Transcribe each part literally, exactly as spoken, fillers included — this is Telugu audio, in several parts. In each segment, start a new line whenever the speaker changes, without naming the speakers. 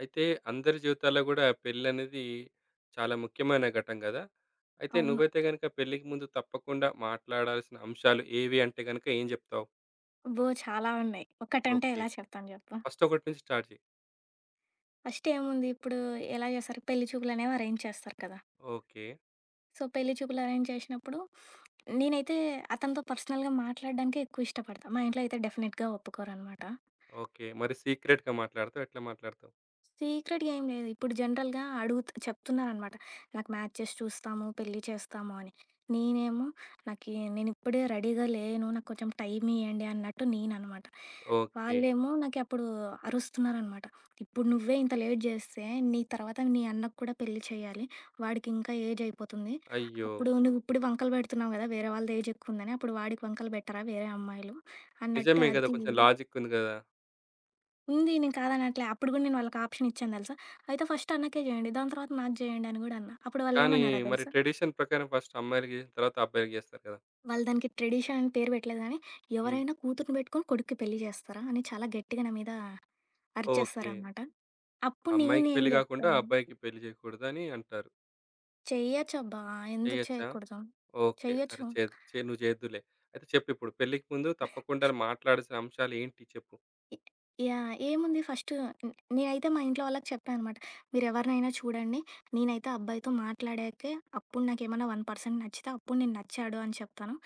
అయితే అందరి జీవితాల్లో గూడా పెళ్ళనేది చాలా ముఖ్యమైన ఘట్టం గదా! అయితే
అవును.
నువ్వైతే గనక పెళ్ళికి ముందు తప్పకుండా మాట్లాడాల్సిన అంశాలు ఏవి అంటే గనక ఏం జెప్తావు?
అబ్బో! చాలా ఉన్నాయి. ఒకటంటే
ఓకే,
ఎలా చెప్తాను జెప్పు.
ఫస్ట్ ఒకటి నుంచి స్టార్ట్ జెయి.
ఫస్ట్ ఏముంది ఇప్పుడు ఎలా చేస్తారు, పెళ్లి చూపులనేవి అరేంజ్ చేస్తారు కదా!
ఓకే.
సో, పెళ్లి చూపులు అరేంజ్ చేసినప్పుడు నేనైతే అతనితో పర్సనల్‌గా మాట్లాడడానికే ఎక్కువ ఇష్టపడతా. మా ఇంట్లో అయితే డెఫినిట్‌గా ఒప్పుకోరనమాట.
ఓకే, మరి సీక్రెట్‌గా మాట్లాడతావా? ఎట్లా మాట్లాడతావు?
సీక్రెట్‌గా ఏం లేదు. ఇప్పుడు జనరల్‌గా అడుగుత్ చెప్తున్నారనమాట. నాకు మ్యాచెస్ చూస్తాము, పెళ్లి చేస్తాము అని. నేనేమో నాకి నేనిప్పుడే రెడీగా లేను. నాకు కొంచెం టైం ఇయ్యండి అన్నట్టు నేననమాట.
ఓకే.
వాళ్ళేమో నాకి అప్పుడు అరుస్తున్నారనమాట. ఇప్పుడు నువ్వే ఇంత లేట్ జేస్తే నీ తర్వాత నీ అన్నకు కూడా పెళ్లి చేయాలి. వాడికి ఇంకా ఏజ్ అయిపోతుంది.
అయ్యో!
అప్పుడు నువ్వు ఇప్పుడు వంకలు పెడుతున్నావు గదా! వేరే వాళ్ళది ఏజ్ ఎక్కువుందని. అప్పుడు వాడికి వంకలు బెట్టరా వేరే అమ్మాయిలు అన్నట్టు
నిజమే గదా!
అది
కొంచెం లాజిక్ ఉంది గదా!
ఉంది. నేను కాదనట్లే. అప్పుడు గూడా నేను వాళ్ళకి ఆప్షన్ ఇచ్చాను దెలుసా! అయితే ఫస్ట్ అన్నకే జేయండి. దాని తర్వాత నాకు జేయండి అని గూడా అన్నా. అప్పుడు
కానీ
వాళ్ళేమన్నారో
మరి
దెలుసా!
ట్రెడిషన్ ప్రకారం ఫస్ట్ అమ్మాయిలకి జేసిన తర్వాత అబ్బాయిలకి జేస్తారు గదా!
వాళ్ళు దానికి ట్రెడిషన్ అని పేరు పెట్టలేదు గానీ,
హ్మ్.
ఎవరైనా కూతుర్ని బెట్టుకొని కొడుక్కి పెళ్లి జేస్తారా? అని చాలా గట్టిగా నా మీద
ఓకే.
అరిచేసారనమాట. అప్పుడు
అమ్మాయికి
నేనేం
పెళ్లి గాకుండా
జెప్పాను,
అబ్బాయికి పెళ్లి జేయకూడదని అంటారు.
చెయ్యొచ్చబ్బా! ఎందుకు
చేయొచ్చా?
చేయకూడదు?
ఓకే, సరే
చెయ్యొచ్చు.
చే చే నువ్వు చేద్దువులే. అయితే చెప్పిప్పుడు పెళ్ళికి ముందు తప్పకుండా మాట్లాడాల్సిన అంశాలు ఏంటి చెప్పు?
ఎ యాహ్! ఏముంది ఫస్ట్ నే నేనైతే మా ఇంట్లో వాళ్ళకి చెప్పా అనమాట. మీరెవరినైనా చూడండి. నేనైతే అబ్బాయితో మాట్లాడాకే అప్పుడు నాకేమన్నా ఒక్క శాతం నచ్చితే అప్పుడు నేను నచ్చాడు అని చెప్తాను.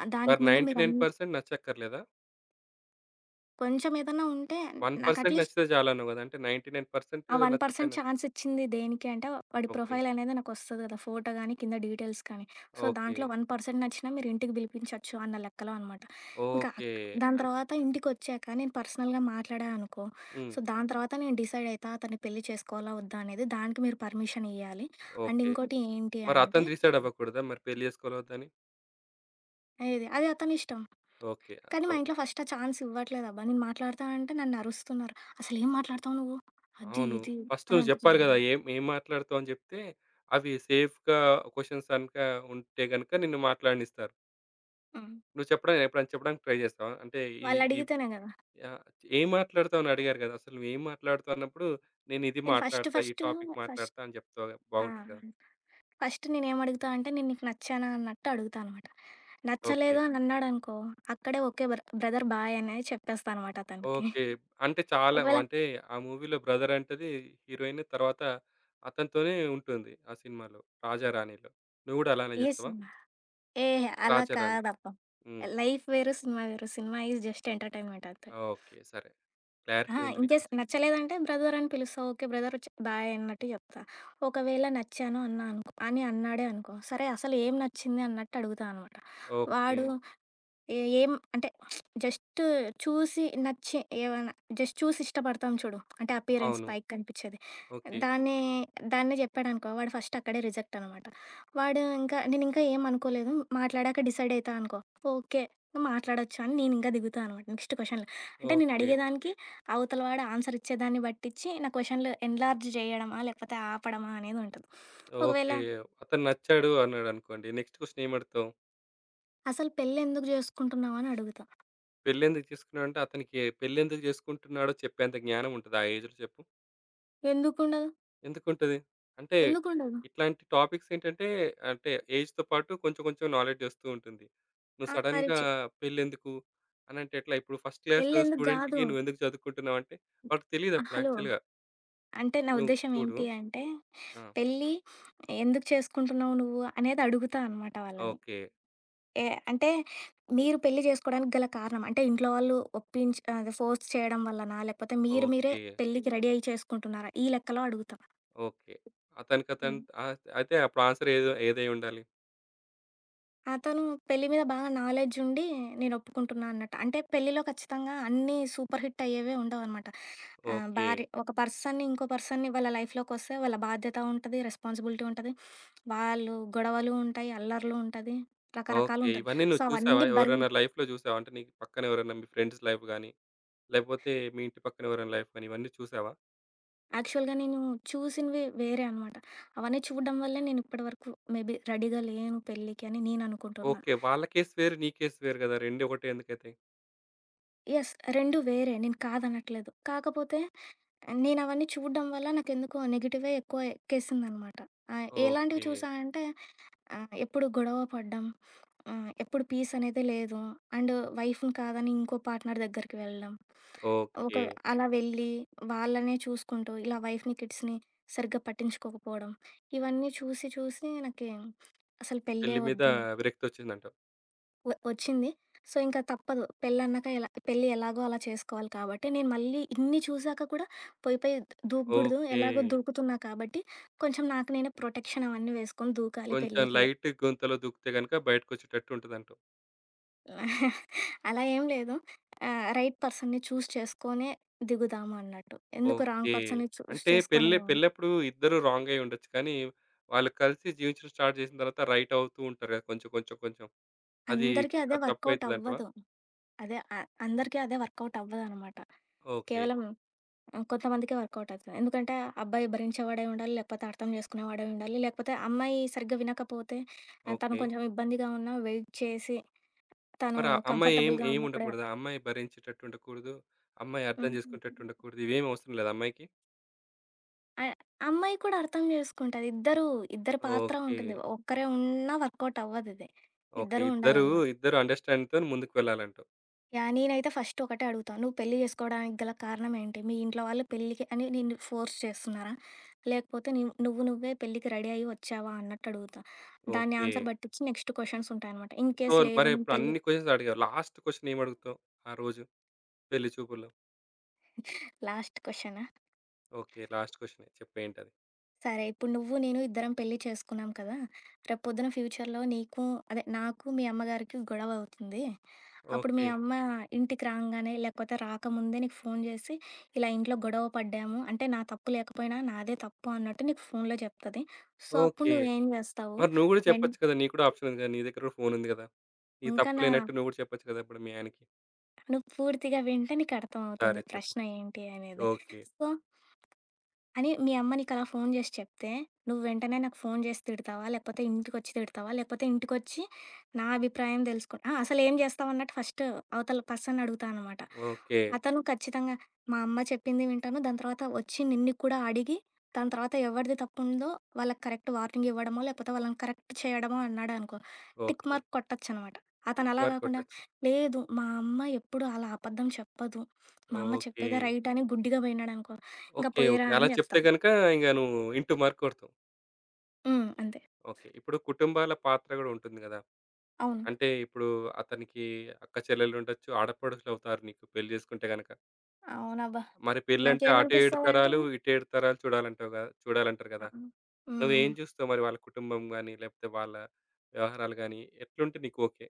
ఆ!
మరి
దానికి ముందు మీరన్
తొంభై తొమ్మిది శాతం నచ్చక్కర్లేదా?
కొంచెం ఏదన్నా ఉంటే నాకు
ఒక శాతం
అట్‌లీస్ట్
నచ్చితే చాలన్నావు గదా! అంటే
ఆ
తొంభై తొమ్మిది శాతం
ఒక్క శాతం
నచ్చకపోయినా
ఛాన్స్ ఇచ్చింది దేనికి అంటే వాడి
ఓకే.
ప్రొఫైల్ అనేది నాకొస్తది కదా! ఫోటో గాని, కింద డీటెయిల్స్ కానీ. So,
okay.
దాంట్లో ఒక్క శాతం నచ్చినా మీరు ఇంటికి పిలిపించొచ్చు అన్న లెక్కలో అనమాట. ఇంకా
ఓకే.
అక్ దాని
అన్.
తర్వాత ఇంటికొచ్చాక నేను పర్సనల్‌గా మాట్లాడా అనుకో,
హ్మ్.
సో, దాని తర్వాత నేను డిసైడ్ అయితా అతన్ని పెళ్లి చేసుకోవాలా వద్దా అనేది. దానికి మీరు పర్మిషన్ ఇయ్యాలి. అండ్
ఓకే,
ఇంకోటి ఏంటి
మరి
అంటే,
అతను డిసైడ్ అవ్వకూడదా? మరి పెళ్లి చేసుకోవాలా వద్దా అని?
ఏది అది అతని ఇష్టం.
ఓకే.
కానీ
సో,
మా ఇంట్లో ఫస్ట్ ఆ ఛాన్స్ ఇవ్వట్లేదబ్బా. నేను మాట్లాడతా అంటే నన్నరుస్తున్నారు. "అసలేం మాట్లాడతావు నువ్వు? అది
అవును.
ఇది"
ఫస్ట్
అని
నువ్వు చెప్పాలి
అంటున్నారు.
గదా! ఏం ఏం మాట్లాడతావు అని జెప్తే, అవి సేఫ్‌గా క్వెషన్స్ గనక ఉంటే గనక నిన్ను మాట్లాడనిస్తారు.
హ్మ్.
నువ్వు చెప్పడానికి ఎప్పుడైనా చెప్పడానికి ట్రై జేస్తావా? అంటే ఈ ఈ
వాళ్ళడిగితేనే గదా!
యాహ్! ఏం మాట్లాడతావు అని అడిగారు కదా! అసలు నువ్వేం మాట్లాడతావు అన్నప్పుడు, నేనిది
నేను ఫస్ట్
మాట్లాడతా, ఈ
ఫస్ట్
టాపిక్
ఫస్ట్
మాట్లాడతా అని చెప్తావు గా,
ఆ!
బాగుంటది కదా!
ఫస్ట్ నేనేమడుగుతా అంటే, "నేను నీకు నచ్చానా?" అన్నట్టు అడుగుతా అనమాట.
ఓకే.
నచ్చలేదు అని అన్నాడనుకో, అక్కడే ఓకే బ్ర బ్రదర్ బాయ్ అనే చెప్పేస్తా అనమాట అతనికి.
ఓకే. అంటే చాలా
ఒకవేళ
అంటే ఆ మూవీలో బ్రదర్ అంటది హీరోయిన్. తర్వాత అతనితోనే ఉంటుంది ఆ సినిమాలో 'రాజారాణిలో.' నువ్వు కూడా అలానే
ఏ
చేస్తావా?
సినిమా? ఏహే! అలా
'రాజారాణి.'
కాదబ్బా.
హ్మ్.
లైఫ్ వేరు, సినిమా వేరు. సినిమా ఈజ్ జస్ట్ ఎంటర్‌టైన్‌మెంట్ అంతే.
ఓకే, సరే. క్లారిటీ
అహా!
ఉంది
ఇన్
నీకు
కేస్
కొంచెం.
నచ్చలేదంటే బ్రదర్ అని పిలుస్తా. ఓకే బ్రదర్ చ్ బాయ్ అన్నట్టు చెప్తా. ఒకవేళ నచ్చాను అన్నా అనుకో అని అన్నాడే అనుకో, సరే అసలు ఏం నచ్చింది అన్నట్టు అడుగుతా అనమాట.
ఓకే.
వాడు ఏ ఏం అంటే జస్ట్ చూసి నచ్చి ఏవన్నా జస్ట్ చూసి ఇష్టపడతాం చూడు. అంటే అపియరెన్స్
అవును.
పైకి కనిపిచ్చేది.
ఓకే.
దాన్ని దాన్నే చెప్పాడనుకో వాడు ఫస్ట్ అక్కడే రిజెక్ట్ అనమాట. వాడు ఇంకా నేనింకా ఏం అనుకోలేదు. మాట్లాడాక డిసైడ్ అయితా అనుకో. ఓకే. మాట్లాడొచ్చు అని నేనింకా దిగుతా అనమాట నెక్స్ట్ క్వెషన్‌లో. అంటే నేను
ఓకే.
అడిగేదానికి అవతల వాడు ఆన్సర్ ఇచ్చేదాన్ని బట్టిచ్చి నా క్వెషన్‌లు ఎన్‌లార్జ్ జేయడమా? లేకపోతే ఆపడమా? అనేది ఉంటది. ఒకవేళ
ఓకే. అతను నచ్చాడు అన్నాడనుకోండి. నెక్స్ట్ క్వెషన్ ఏం అడుగుతావు?
అసలు పెళ్లి ఎందుకు జేసుకుంటున్నావు అని అడుగుతా.
పెళ్ళెందుకు చేసుకున్నాడంటే అతనికి పెళ్ళెందుకు చేసుకుంటున్నాడో చెప్పేంత జ్ఞానం ఉంటదా ఆ ఏజ్‌లో చెప్పు?
ఎందుకుండదు?
ఎందుకుంటది? అంటే
ఎందుకుండదు?
ఇట్లాంటి టాపిక్స్ ఏంటంటే, అంటే ఏజ్‌తో పాటు కొంచెం కొంచెం నాలెడ్జ్ వస్తూ ఉంటుంది. నువ్వు
ఆ! మరి
సడెన్‌గా
చె
పెళ్ళెందుకు? అనంటే ఎట్లా? ఇప్పుడు ఫస్ట్ క్లాస్
పెళ్ళెందుకు
స్టూడెంట్‌కి
గాదు.
నువ్వెందుకు చదువుకుంటున్నావంటే వాడికి తెలీదప్పుడు
హలో!
యాక్చువల్‌గా.
అంటే నా
నువ్వు
ఉద్దేశ్యం
చూడు.
ఏంటి అంటే,
ఆ!
పెళ్లి ఎందుకు చేసుకుంటున్నావు నువ్వు అనేది అడుగుతా అనమాట వాళ్ళని.
ఓకే.
ఏ అంటే మీరు పెళ్లి చేసుకోవడానికి గల కారణం అంటే ఇంట్లో వాళ్ళు ఒప్పించి అదే ఫోర్స్ చేయడం వల్లనా? లేకపోతే మీరు మీరే
ఓకే.
పెళ్ళికి రెడీ అయ్యి చేసుకుంటున్నారా? ఈ లెక్కలో అడుగుతా.
ఓకే.
హ్మ్.
అతనికతను ఆహ్, అయితే అప్పుడు ఆన్సర్ ఏదో ఏదై ఉండాలి?
అతను పెళ్లి మీద బాగా నాలెడ్జ్ ఉండి నేను ఒప్పుకుంటున్నా అన్నట్టు. అంటే పెళ్లిలో ఖచ్చితంగా అన్నీ సూపర్ హిట్ అయ్యేవే ఉండవనమాట. ఆహ్,
ఓకే.
భార్య ఒక పర్సన్‌ని ఇంకో పర్సన్‌ని వాళ్ళ లైఫ్‌లోకొస్తే వాళ్ళ బాధ్యత ఉంటది, రెస్పాన్సిబిలిటీ ఉంటది. వాళ్ళు గొడవలు ఉంటాయి, అల్లర్లు ఉంటది,
ఓకే.
రకరకాలుంటది.
ఇవన్నీ
సో,
నువ్వు చూసావా?
అవన్నీ భరిం
ఎవరైనా లైఫ్‌లో చూసావా? అంటే నీకు పక్కన ఎవరైనా మీ ఫ్రెండ్స్ లైఫ్ గాని, లేకపోతే మీ ఇంటి పక్కన ఎవరైనా లైఫ్ గాని ఇవన్నీ చూసావా?
యాక్చువల్‌గా నేను చూసినవి వేరే అనమాట. అవన్నీ చూడడం వల్లే నేను ఇప్పటి వరకు మేబీ రెడీగా లేను పెళ్ళికి అని నేను అనుకుంటున్నా.
ఓకే. వాళ్ళ కేస్ వేరు, నీ కేస్ వేరు గదా! రెండు ఒకటే ఎందుకైతాయి?
యెస్. రెండు వేరే నేను కాదనట్లేదు. కాకపోతే నేనవన్నీ చూడడం వల్ల నాకెందుకో నెగెటివే ఎక్కువ ఎక్కేసిందనమాట. ఆహ్, ఎలాంటివి
ఓకే.
చూసా అంటే ఆహ్, ఎప్పుడు గొడవ పడడం, ఆహ్, ఎప్పుడు పీస్ అనేది లేదు. అండ్ వైఫ్‌ని కాదని ఇంకో పార్ట్నర్ దగ్గరికి వెళ్ళడం. ఒక
ఓకే.
అలా వెళ్ళి వాళ్ళనే చూసుకుంటూ ఇలా వైఫ్‌ని, కిడ్స్‌ని సరిగ్గా పట్టించుకోకపోవడం. ఇవన్నీ చూసి చూసి నాకి అసలు పెళ్ళే
పెళ్లి మీద
వద్దు
విరక్తొచ్చిందంటావు.
వ వచ్చింది. సో, ఇంకా తప్పదు. పెళ్ళన్నాక ఎలా పెళ్లి ఎలాగో అలా చేసుకోవాలి కాబట్టి, నేను మళ్ళీ ఇన్ని చూసాక కూడా పోయి, పోయి దూకగూడదు.
ఓకే,
ఎలాగో దూకుతున్నా కాబట్టి, కొంచెం నాకు నేనే ప్రొటెక్షన్ అవన్నీ వేసుకొని దూకాలి
కొంచెం
పెళ్ళికి.
లైట్ గుంతలో దూకితే గనుక బయటకొచ్చేటట్టు ఉంటదంటావు.
అలా ఏం లేదు. ఆహ్, రైట్ పర్సన్‌ని చూస్ చేసుకొనే దిగుదాము అన్నట్టు. ఎందుకు రాంగ్
ఓకే.
పర్సన్‌ని చూస్
అంటే
చేసుకొని
పెళ్లి పెళ్లప్పుడు ఇద్దరు రాంగ్ అయ్యి ఉండొచ్చు. కానీ వాళ్ళు కలిసి జీవించడం స్టార్ట్ చేసిన తర్వాత రైట్ అవుతూ ఉంటారు గదా! కొంచెం, కొంచెం, కొంచెం. అది
అందరికీ అదే
అది
వర్కౌట్
తప్పైతదంటావా?
అవ్వదు. అదే అ అందరికీ అదే వర్కౌట్ అవ్వదనమాట.
ఓకే.
కేవలం ఆ! కొంతమందికే వర్కౌట్ అవుతుంది. ఎందుకంటే అబ్బాయి భరించేవాడై ఉండాలి, లేకపోతే అర్థం చేసుకునేవాడై ఉండాలి, లేకపోతే అమ్మాయి సరిగ్గా వినకపోతే ఆహ్, తను
ఓకే.
కొంచెం ఇబ్బందిగా ఉన్నా వెయిట్ చేసి తను
మరి ఆ అమ్మాయి ఏం
కంఫర్టబుల్‌గా
ఏమి
ఉన్నప్పుడే
ఉండకూడదా? అమ్మాయి భరించేటట్టు ఉండకూడదు. అమ్మాయి అర్థం
హ్మ్.
చేసుకునేటట్టు ఉండకూడదు. ఇవేమి అవసరం లేదా అమ్మాయికి?
ఆహ్, అమ్మాయి కూడా అర్థం చేసుకుంటది. ఇద్దరు, ఇద్దరి పాత్ర
ఓకే.
ఉంటుంది. ఒక్కరే ఉన్నా వర్కౌట్ అవ్వదిది.
ఓకే.
ఇద్దరూ
ఇద్దరు,
ఉండాలనమాట.
ఇద్దరు అండర్‌స్టాండింగ్‌తోని ముందుకు వెళ్ళాలంటావు.
యాహ్! నేనైతే ఫస్ట్ ఒకటే అడుగుతా. నువ్వు పెళ్లి చేసుకోవడానికి గల కారణం ఏంటి? మీ ఇంట్లో వాళ్ళు పెళ్ళికి అని నిన్ను ఫోర్స్ చేస్తున్నారా? లేకపోతే నీవు నువ్వు నువ్వే పెళ్ళికి రెడీ అయ్యి వచ్చావా అన్నట్టు అడుగుతా. దాన్ని
ఓకే.
ఆన్సర్ బట్టిచ్చి నెక్స్ట్ క్వెషన్స్ ఉంటాయనమాట. ఇన్
సో,
కేస్ లేదు
మరి
నేను
ఇప్పుడు
పెళ్లి
అన్ని క్వెషన్స్ అడిగావు. లాస్ట్ క్వెషన్ ఏమి అడుగుతావు ఆ రోజు పెళ్లి చూపుల్లో?
లాస్ట్ క్వెషనా?
ఓకే, లాస్ట్ క్వెషనే చెప్పు ఏంటది?
సరే ఇప్పుడు నువ్వు నేను ఇద్దరం పెళ్లి చేసుకున్నాం కదా! రేపు పొద్దున ఫ్యూచర్‌లో నీకు అదే నాకు మీ అమ్మగారికి గొడవ అవుతుంది. అప్పుడు మీ
ఓకే.
అమ్మ ఇంటికి రాంగానే లేకపోతే రాకముందే నీకు ఫోను చేసి, "ఇలా ఇంట్లో గొడవ పడ్డాము. అంటే నా తప్పు లేకపోయినా నాదే తప్పు" అన్నట్టు నీకు ఫోనులో చెప్తది. సో, అప్పుడు
ఓకే.
నువ్వేం చేస్తావు?
మరి నువ్వు కూడా
వెన్
చెప్పొచ్చు కదా! నీకు కూడా ఆప్షన్ ఉంది కదా! నీ దగ్గర కూడా ఫోన్ ఉంది కదా! నీ
ఇంకా
తప్పు
నా
లేనట్టు నువ్వు కూడా చెప్పొచ్చు కదా! ఇప్పుడు మీ ఆయనకి.
నువ్వు పూర్తిగా వింటే నీకు
సరే
అర్థమవుతుంది
చెప్పు.
ప్రశ్న ఏంటి అనేది.
ఓకే.
సో అని మీ అమ్మ నీకలా ఫోను జేసి చెప్తే, నువ్వు వెంటనే నాకు ఫోను జేసి తిడతావా? లేకపోతే ఇంటికొచ్చి తిడతావా? లేకపోతే ఇంటికొచ్చి నా అభిప్రాయం తెలుసుకో ఆ! అసలేం జేస్తావన్నట్టు ఫస్ట్ అవతల పర్సన్‌ని అడుగుతా అనమాట.
ఓకే.
అతను ఖచ్చితంగా మా అమ్మ చెప్పింది వింటాను. దాని తర్వాత వచ్చి నిన్ను కూడా అడిగి, దాని తర్వాత ఎవరిది తప్పుందో వాళ్ళకి కరెక్ట్ వార్నింగ్ ఇవ్వడమో, లేకపోతే వాళ్ళని కరెక్ట్ చేయడమో అన్నాడనుకో, టిక్
ఓకే.
మార్క్ కొట్టొచ్చనమాట. అతనలా
మరి
గాకుండా,
కొట్టొచ్చు.
లేదు మా అమ్మ ఎప్పుడు అలా అబద్ధం చెప్పదు. మా అమ్మ
ఓకే.
చెప్పేదే రైట్ అని గుడ్డిగా బోయినాడనుకో, ఇంక
ఓకే.
పోయిరా
ఓకే, అలా
అని జెప్తా.
చెప్తే గనుక ఇంక నువ్వు ఇంటూ మార్క్ కొడతావు.
హ్మ్. అంతే.
ఓకే. ఇప్పుడు కుటుంబాల పాత్ర గూడా ఉంటుంది గదా!
అవును.
అంటే ఇప్పుడు అతనికి అక్క చెల్లెలుండొచ్చు. ఆడపడుచులవుతారు నీకు పెళ్లి చేసుకుంటే గనక.
అవునబ్బా!
మరి పెళ్ళంటే అటు ఏడు
నాకేమనిపిస్తదంటే
తరాలు, ఇటు ఏడు తరాలు చూడాలంటావు గదా! చూడాలంటారు
ఆ!
గదా!
హ్మ్. హ్మ్. హ్మ్.
నువ్వేం చూస్తావు మరి వాళ్ళ కుటుంబం గాని, లేకపోతే వాళ్ళ వ్యవహారాలు గాని ఎట్లుంటే నీకు ఓకే?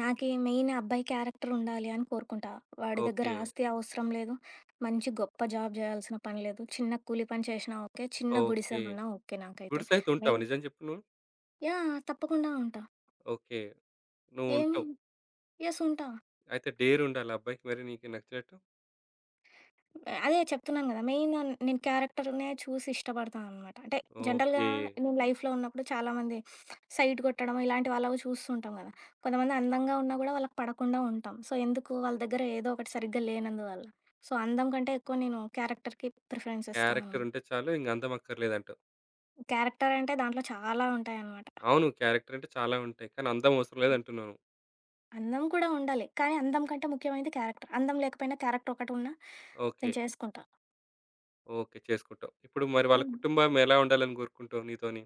నాకీ మెయిన్ అబ్బాయి క్యారెక్టర్ ఉండాలి అని కోరుకుంటా. వాడి దగ్గర
ఓకే.
ఆస్తి అవసరం లేదు. మంచి గొప్ప జాబ్ జేయాల్సిన పని లేదు. చిన్న కూలి పని చేసినా ఓకే. చిన్న గుడిసె
ఓకే.
ఉన్నా ఓకే నాకైతే.
గుడిసైతే ఉంటావా?
మెయిన్
నిజం చెప్పు నువ్వు?
యాహ్! తప్పకుండా ఉంటా.
ఓకే.
ఏమి?
నువ్వుంటావు.
యెస్ ఉంటా.
అయితే డేరుండాలా అబ్బాయికి మరి నీకు నచ్చినట్టు?
అదే చెప్తున్నాను కదా! మెయిన్ నేను క్యారెక్టర్‌నే చూసి ఇష్టపడతాను అనమాట. అంటే జనరల్‌గా
ఓకే.
నేను లైఫ్‌లో ఉన్నప్పుడు చాలామంది సైట్ కొట్టడం ఇలాంటి వాళ్ళవి చూస్తుంటాం కదా! కొంతమంది అందంగా ఉన్నా కూడా వాళ్ళకి పడకుండా ఉంటాం. సో, ఎందుకు వాళ్ళ దగ్గర ఏదో ఒకటి సరిగ్గా లేనందువల్ల. సో, అందం కంటే ఎక్కువ నేను క్యారెక్టర్‌కి ప్రిఫరెన్స్ ఇస్తాను.
క్యారెక్టర్ ఉంటే చాలు. ఇంక అందం అక్కర్లేదంటావు.
క్యారెక్టర్ అంటే దాంట్లో చాలా ఉంటాయనమాట.
అవును, క్యారెక్టర్ అంటే చాలా ఉంటాయి. కానీ అందం అవసరం లేదంటున్నావు.
అందం కూడా ఉండాలి. కానీ అందం కంటే ముఖ్యమైనది క్యారెక్టర్. అందం లేకపోయినా క్యారెక్టర్ ఒకటి ఉన్నా
ఓకే.
నేను చేసుకుంటా.
ఓకే, చేసుకుంటావు. ఇప్పుడు మరి వాళ్ళ
హ్మ్.
కుటుంబం ఎలా ఉండాలని కోరుకుంటావు నీతోని?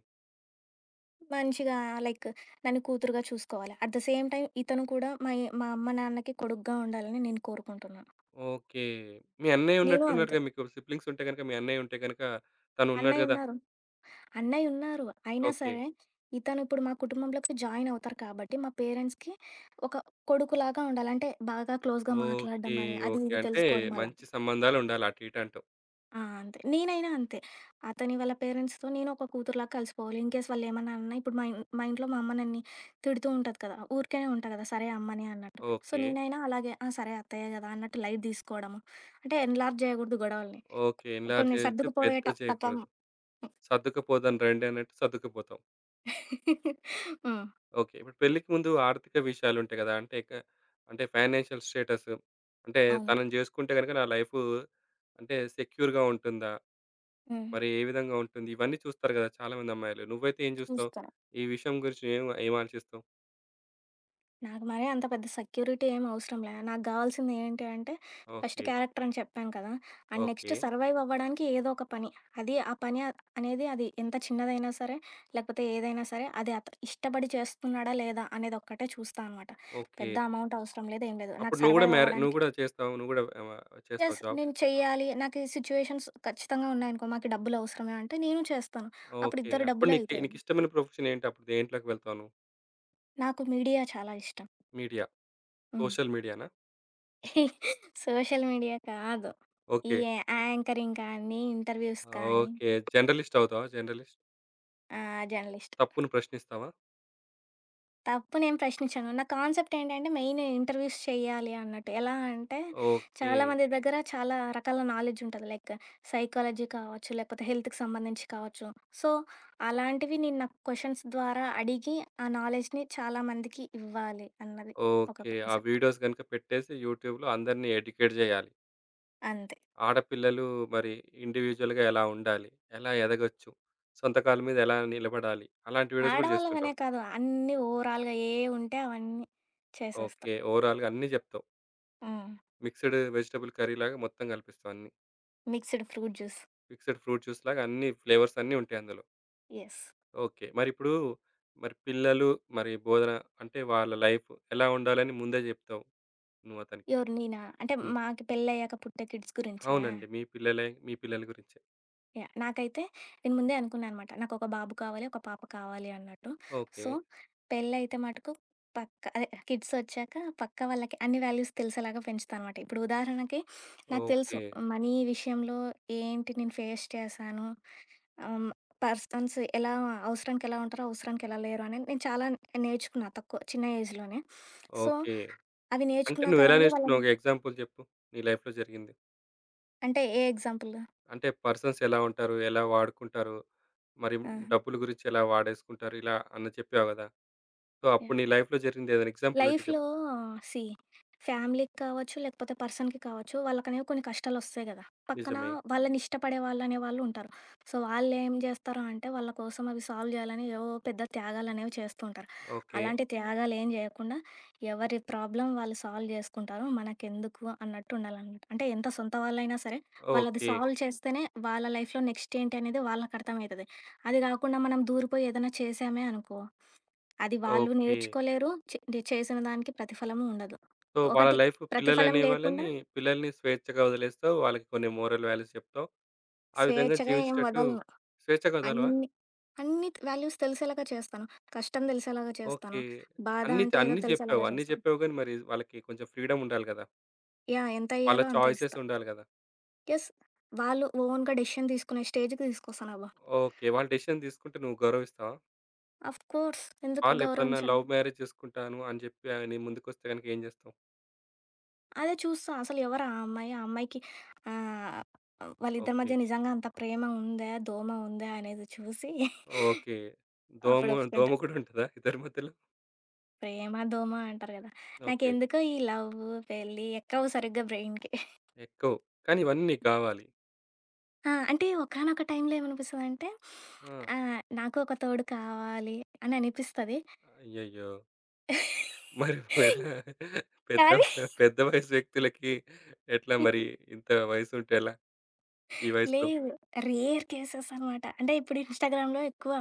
మంచిగా లైక్ నన్ను కూతురుగా చూసుకోవాలి. అట్ ద సేమ్ టైమ్ ఇతను కూడా మై మా అమ్మ, నాన్నకి కొడుకుగా ఉండాలని నేను కోరుకుంటున్నాను.
ఓకే. మీ అన్నయ్య
నేను అంతే.
ఉన్నట్టున్నారుగా, మీకు సిబ్లింగ్స్ ఉంటే గనుక మీ అన్నయ్య ఉంటే గనుక తను ఉన్నాడు
అన్నయ్య
గదా!
ఉన్నారు. అన్నయ్య ఉన్నారు. అయినా
ఓకే.
సరే ఇతను ఇప్పుడు మా కుటుంబంలోకి జాయిన్ అవుతారు కాబట్టి మా పేరెంట్స్‌కి ఒక కొడుకులాగా ఉండాలి. అంటే బాగా క్లోజ్‌గా మాట్లాడడం
ఓకే.
గాని, అది
ఓకే.
ఇది
అంటే
తెలుసుకోవడం అలా.
మంచి సంబంధాలుండాలి అటు ఇటు అంటావు.
ఆ! అంతే. నేనైనా అంతే. అతని వాళ్ళ పేరెంట్స్‌తో నేను ఒక కూతురులాగా కలిసిపోవాలి. ఇన్‌కేస్ వాళ్ళేమన్నా అన్నా ఇప్పుడు మా ఇన్ మా ఇంట్లో మా అమ్మ నన్ని తిడుతూ ఉంటది కదా! ఊరికే ఉంటా కదా! సరే అమ్మని అన్నట్టు. So,
okay.
నేనైనా అలాగే ఆ! సరే అత్తయ్య కదా! అన్నట్టు లైట్ తీసుకోవడము. అంటే ఎన్‌లార్జ్ చేయకూడదు గొడవల్ని.
ఓకే, ఎన్‌లార్జ్
కొన్ని
చేయొద్దు. పెద్ద
సర్దుకుపోయేట తత్వం
చేయకూడదు. సర్దుకుపోదాం రండి అన్నట్టు సర్దుకుపోతావు.
హ్మ్.
ఓకే. ఇప్పుడు పెళ్ళికి ముందు ఆర్థిక విషయాలుంటాయి గదా! అంటే క అంటే ఫైనాన్షియల్ స్టేటస్, అంటే
అవును.
తనని జేసుకుంటే గనుక నా లైఫు అంటే సెక్యూర్‌గా ఉంటుందా?
హ్మ్.
మరి ఏ విధంగా ఉంటుంది? ఇవన్నీ చూస్తారు గదా! చాలామంది అమ్మాయిలు. నువ్వైతే ఏం జూస్తావు?
చూస్తా.
ఈ విషయం గురించి ఏం ఏం ఆలోచిస్తావు?
నాకు మరీ అంత పెద్ద సెక్యూరిటీ ఏం అవసరం లే. నాకు గావాల్సింది ఏంటి అంటే, ఫస్ట్
ఓకే.
క్యారెక్టర్ అని చెప్పాను కదా! And next
okay.
సర్వైవ్ అవ్వడానికి ఏదో ఒక పని. అది ఆ పని అ- అనేది అది ఎంత చిన్నదైనా సరే, లేకపోతే ఏదైనా సరే, అది అత ఇష్టపడి చేస్తున్నాడా లేదా అనేది ఒక్కటే చూస్తా అనమాట.
ఓకే.
పెద్ద అమౌంట్ అవసరం లేదు, ఏం లేదు.
అప్పుడు
నాకు
నువ్వు గూడా
సర్వైవ్
మ్యారే నువ్వు
అవ్వడానికి
గూడా చేస్తావు. నువ్వు గూడా ఆహ్,
యెస్.
చేస్తావు జాబ్.
నేను చెయ్యాలి. నాకు ఈ సిట్యుయేషన్స్ ఖచ్చితంగా ఉన్నాయనుకో, మాకు డబ్బులు అవసరమే అంటే నేను చేస్తాను. అప్పుడు
ఓకే.
ఇద్దరి
అప్పుడు
డబ్బులు
నీకు
అయితాయి.
నీకిష్టమైన ప్రొఫెషన్ ఏంటి? అప్పుడు దేంట్లోకి వెళ్తావు నువ్వు?
నాకు మీడియా చాలా ఇష్టం.
మీడియా.
హ్మ్.
సోషల్ మీడియానా?
సోషల్ మీడియా కాదు. ఈ
ఓకే.
యాంకరింగ్ కానీ, ఇంటర్వ్యూస్ కానీ
ఓకే, జర్నలిస్ట్ అవుతావా? జర్నలిస్ట్.
ఆ! జర్నలిస్ట్.
తప్పును ప్రశ్నిస్తావా?
తప్పు నేను ప్రశ్నించను. నా కాన్సెప్ట్ ఏంటంటే మెయిన్ ఇంటర్వ్యూస్ చేయాలి అన్నట్టు. ఎలా అంటే
ఓకే.
చాలామంది దగ్గర చాలా రకాల నాలెడ్జ్ ఉంటది. లైక్ సైకాలజీ కావచ్చు, లేకపోతే హెల్త్‌కి సంబంధించి కావచ్చు. సో, అలాంటివి నేను నాకు క్వెషన్స్ ద్వారా అడిగి ఆ నాలెడ్జ్‌ని చాలామందికి ఇవ్వాలి అన్నది ఒక
ఓకే, ఆ
కాన్సెప్ట్
వీడియోస్ గనుక పెట్టేసి యూట్యూబ్‌లో అందరిని ఎడ్యుకేట్ జేయాలి.
అంతే.
ఆడపిల్లలు మరి ఇండివిడ్యుయల్‌గా ఎలా ఉండాలి? ఎలా ఎదగొచ్చు? సొంత కాళ్ళ మీద ఎలా నిలబడాలి? అలాంటి వీడియోస్ గూడా
ఆడవాళ్ళమనే
జేస్తుంటావు.
కాదు అన్నీ ఓవరాల్‌గా ఏ ఉంటే అవన్నీ చేసేస్తా.
ఓకే, ఓవరాల్‌గా అన్నీ జెప్తావు.
ఆ!
మిక్స్‌డ్ వెజిటబుల్ కర్రీలాగా మొత్తం గలిపిస్తావు అన్నీ.
Mixed fruit juice.
Mixed fruit జ్యూస్‌లాగా అన్ని ఫ్లేవర్స్ అన్నీ ఉంటాయి అందులో.
యెస్.
ఓకే, మరిప్పుడు మరి పిల్లలు మరి బోధన, అంటే వాళ్ళ లైఫ్ ఎలా ఉండాలని ముందే జెప్తావు నువ్వు అతనికి.
ఎవరు నేనా? అంటే
హ్మ్.
మాకు పెళ్లయ్యాక పుట్టే కిడ్స్ గురించా?
అవునండి, మీ పిల్లలే, మీ పిల్లల గురించే.
యాహ్! నాకైతే నేను ముందే అనుకున్నా అనమాట. నాకొక బాబు కావాలి, ఒక పాప కావాలి అన్నట్టు.
ఓకే.
సో, పెళ్ళైతే మటుకు పక్కా అదే కిడ్సొచ్చాక పక్కా వాళ్ళకి అన్ని వాల్యూస్ తెలిసేలాగా పెంచుతా అనమాట. ఇప్పుడు ఉదాహరణకి నాకు తెలుసు
ఓకే.
మనీ విషయంలో ఏంటి నేను ఫేస్ చేశాను. ఆహ్, పర్సన్స్ ఎలా అవసరానికి ఎలా ఉంటారో, అవసరానికి ఎలా లేరు అనేది నేను చాలా నేర్చుకున్నా తక్కువ చిన్న ఏజ్‌లోనే. So,
okay.
అవి
అంటే
నేర్చుకున్నా కదా
నువ్వెలా
అని
నేర్చుకున్నావు?
వాళ్ళని
ఒక ఎగ్జాంపుల్ చెప్పు. నీ లైఫ్‌లో జరిగింది.
అంటే ఏ ఎగ్జాంపుల్?
అంటే పర్సన్స్ ఎలా ఉంటారు? ఎలా వాడుకుంటారు? మరి
ఆ!
డబ్బుల గురించి ఎలా వాడేసుకుంటారు? ఇలా అని చెప్పావు కదా! సో, అప్పుడు నీ
యాహ్!
లైఫ్‌లో జరిగింది ఏదైనా ఎగ్జాంపుల్ ఉంటే
లైఫ్‌లో
చెప్పు?
సీ ఫ్యామిలీకి కావచ్చు, లేకపోతే పర్సన్‌కి కావచ్చు, వాళ్ళకనేవి కొన్ని కష్టాలొస్తాయి గదా! పక్కన
నిజమే.
వాళ్ళని ఇష్టపడే వాళ్ళనే వాళ్ళు ఉంటారు. సో, వాళ్ళేం జేస్తారు అంటే, వాళ్ళ కోసం అవి సాల్వ్ జేయాలని ఏవో పెద్ద త్యాగాలనేవి చేస్తూ ఉంటారు.
ఓకే.
అలాంటి త్యాగాలేం జేయకుండా, ఎవరి ప్రాబ్లమ్ వాళ్ళు సాల్వ్ జేసుకుంటారు. మనకెందుకు అన్నట్టు ఉండాలనమాట. అంటే ఎంత సొంత వాళ్ళైనా సరే, వాళ్ళది
ఓకే.
సాల్వ్ చేస్తేనే వాళ్ళ లైఫ్‌లో నెక్స్ట్ ఏంటి అనేది వాళ్ళకర్థమైతది. అది గాకుండా మనం దూరిపోయి ఏదైనా చేశామే అనుకో అది వాళ్ళు
ఓకే.
నేర్చుకోలేరు. చే ది చేసిన దానికి ప్రతిఫలము ఉండదు.
సో, వాళ్ళ
ఒకటి
లైఫ్
ప్రతిఫలం
పిల్లలనే వాళ్ళని,
లేకుండా
పిల్లల్ని స్వేచ్ఛగా వదిలేస్తావు. వాళ్ళకి కొన్ని మోరల్ వాల్యూస్ చెప్తావు. ఆ విధంగా
స్వేచ్ఛగా ఏం
జీవించేటట్టు
వదలను.
స్వేచ్ఛగా వదలవా?
అన్ని, అన్ని వాల్యూస్ తెలిసేలాగా చేస్తాను. కష్టం తెలిసేలాగా
ఓకే.
చేస్తాను. బాధ
అన్నీ,
అంటే ఏదో
అన్నీ చెప్పావు.
తెలిసేలాగా
అన్నీ
చేస్తాను.
చెప్పావు గాని మరి వాళ్ళకి కొంచెం ఫ్రీడమ్ ఉండాలి కదా!
యాహ్! ఎంత
వాళ్ళ
ఇయ్యాలో అంతే
చాయిసెస్
ఇస్తా.
ఉండాలి కదా!
యెస్. వాళ్ళు ఓన్‌గా డెసిషన్ తీసుకునే స్టేజ్‌కి తీసుకొస్తానబ్బా!
ఓకే. వాళ్ళు డెసిషన్ తీసుకుంటే నువ్వు గౌరవిస్తావా?
ఆఫ్‌కోర్స్ ఎందుకు
వాళ్ళు ఎప్పుడన్నా
గౌరవించను?
లవ్ మ్యారేజ్ చేసుకుంటాను అని చెప్పి నీ ముందుకొస్తే గనుక ఏం చేస్తావు?
అదే చూస్తా అసలు ఎవరు ఆ అమ్మాయి? ఆ అమ్మాయికి ఆహ్, వాళ్ళిద్దరి
ఓకే.
మధ్య నిజంగా అంత ప్రేమ ఉందా? దోమ ఉందా? అనేది చూసి
ఓకే. దోమ.
అప్పుడు
దోమ
ఒప్పుకుంటా.
కూడా ఉంటదా ఇద్దరి మధ్యలో?
ప్రేమ, దోమ అంటారు గదా!
ఓకే.
నాకెందుకో ఈ లవ్వు, పెళ్లి ఎక్కవు సరిగ్గా బ్రెయిన్‌కి.
ఎక్కవు. కానీ ఇవన్నీ నీకు కావాలి.
ఆ! అంటే ఒకానొక టైంలో ఏమనిపిస్తదంటే
ఆ!
ఆహ్, నాకు ఒక తోడు కావాలి అని అనిపిస్తది.
అయ్యయ్యో! మరి నువ్వెలా పెద్ద
కానీ
పెద్ద వయసు వ్యక్తులకి ఎట్లా మరి ఇంత వయసు ఉంటే ఎలా? ఈ వయసులో?
లేదు. రేర్ కేసెస్ అనమాట. అంటే ఇప్పుడు ఇన్‌స్టాగ్రామ్‌లో ఎక్కువ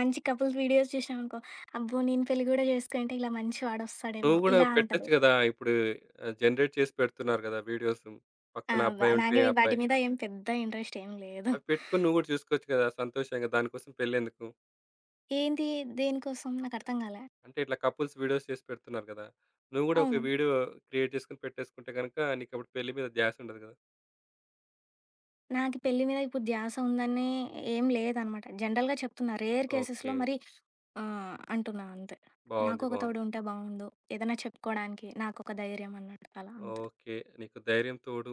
మంచి కపుల్స్ వీడియోస్ చూసినామనుకో, అబ్బో! నేను పెళ్లి గూడా చేసుకుంటే ఇలా మంచి
నువ్వు
వాడొస్తాడేమో
కూడా
ఇలా
పెట్టొచ్చు
ఉంటది.
కదా! ఇప్పుడు జనరేట్ చేసి పెడుతున్నారు కదా! వీడియోస్.
ఆ!
పక్కన
వ
అబ్బాయి ఉంటే
నాకేమి వాటి
అబ్బాయి.
మీద ఏం పెద్ద ఇంట్రెస్ట్ ఏం లేదు.
అవి పెట్టుకొని నువ్వు గూడా చూసుకోవచ్చు కదా! సంతోషంగా. దానికోసం పెళ్ళెందుకు?
ఏంది? దేనికోసం? నాకర్థం గాలే.
అంటే ఇట్లా కపుల్స్ వీడియోస్ చేసి పెడుతున్నారు కదా! నువ్వు గూడా ఒక
అవును.
వీడియో క్రియేట్ చేసుకొని పెట్టేసుకుంటే గనుక నీకప్పుడు పెళ్లి మీద ధ్యాస ఉండదు కదా!
నాకు పెళ్లి మీద ఇప్పుడు ధ్యాస ఉందని ఏం లేదనమాట. జనరల్‌గా చెప్తున్నా. రేర్ కేసెస్‌లో
ఓకే.
మరి ఆహ్, అంటున్నా అంతే. నాకు
బావుంది.
ఒక
బావుంది.
తోడు ఉంటే బావుండు. ఏదైనా చెప్పుకోవడానికి నాకొక ధైర్యం అన్నట్టు అలా అంతే.
ఓకే, నీకు ధైర్యం తోడు.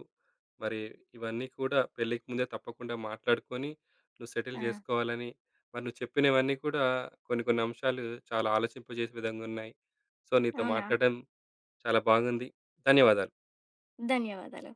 మరి ఇవన్నీ కూడా పెళ్ళికి ముందే తప్పకుండా మాట్లాడుకొని నువ్వు సెటిల్
ఆ!
చేసుకోవాలని, మరి నువ్వు చెప్పినవన్నీ కూడా కొన్ని కొన్ని అంశాలు చాలా ఆలోచింపజేసే విధంగున్నాయి. సో, నీతో
అవునా?
మాట్లాడడం చాలా బాగుంది. ధన్యవాదాలు.
ధన్యవాదాలు.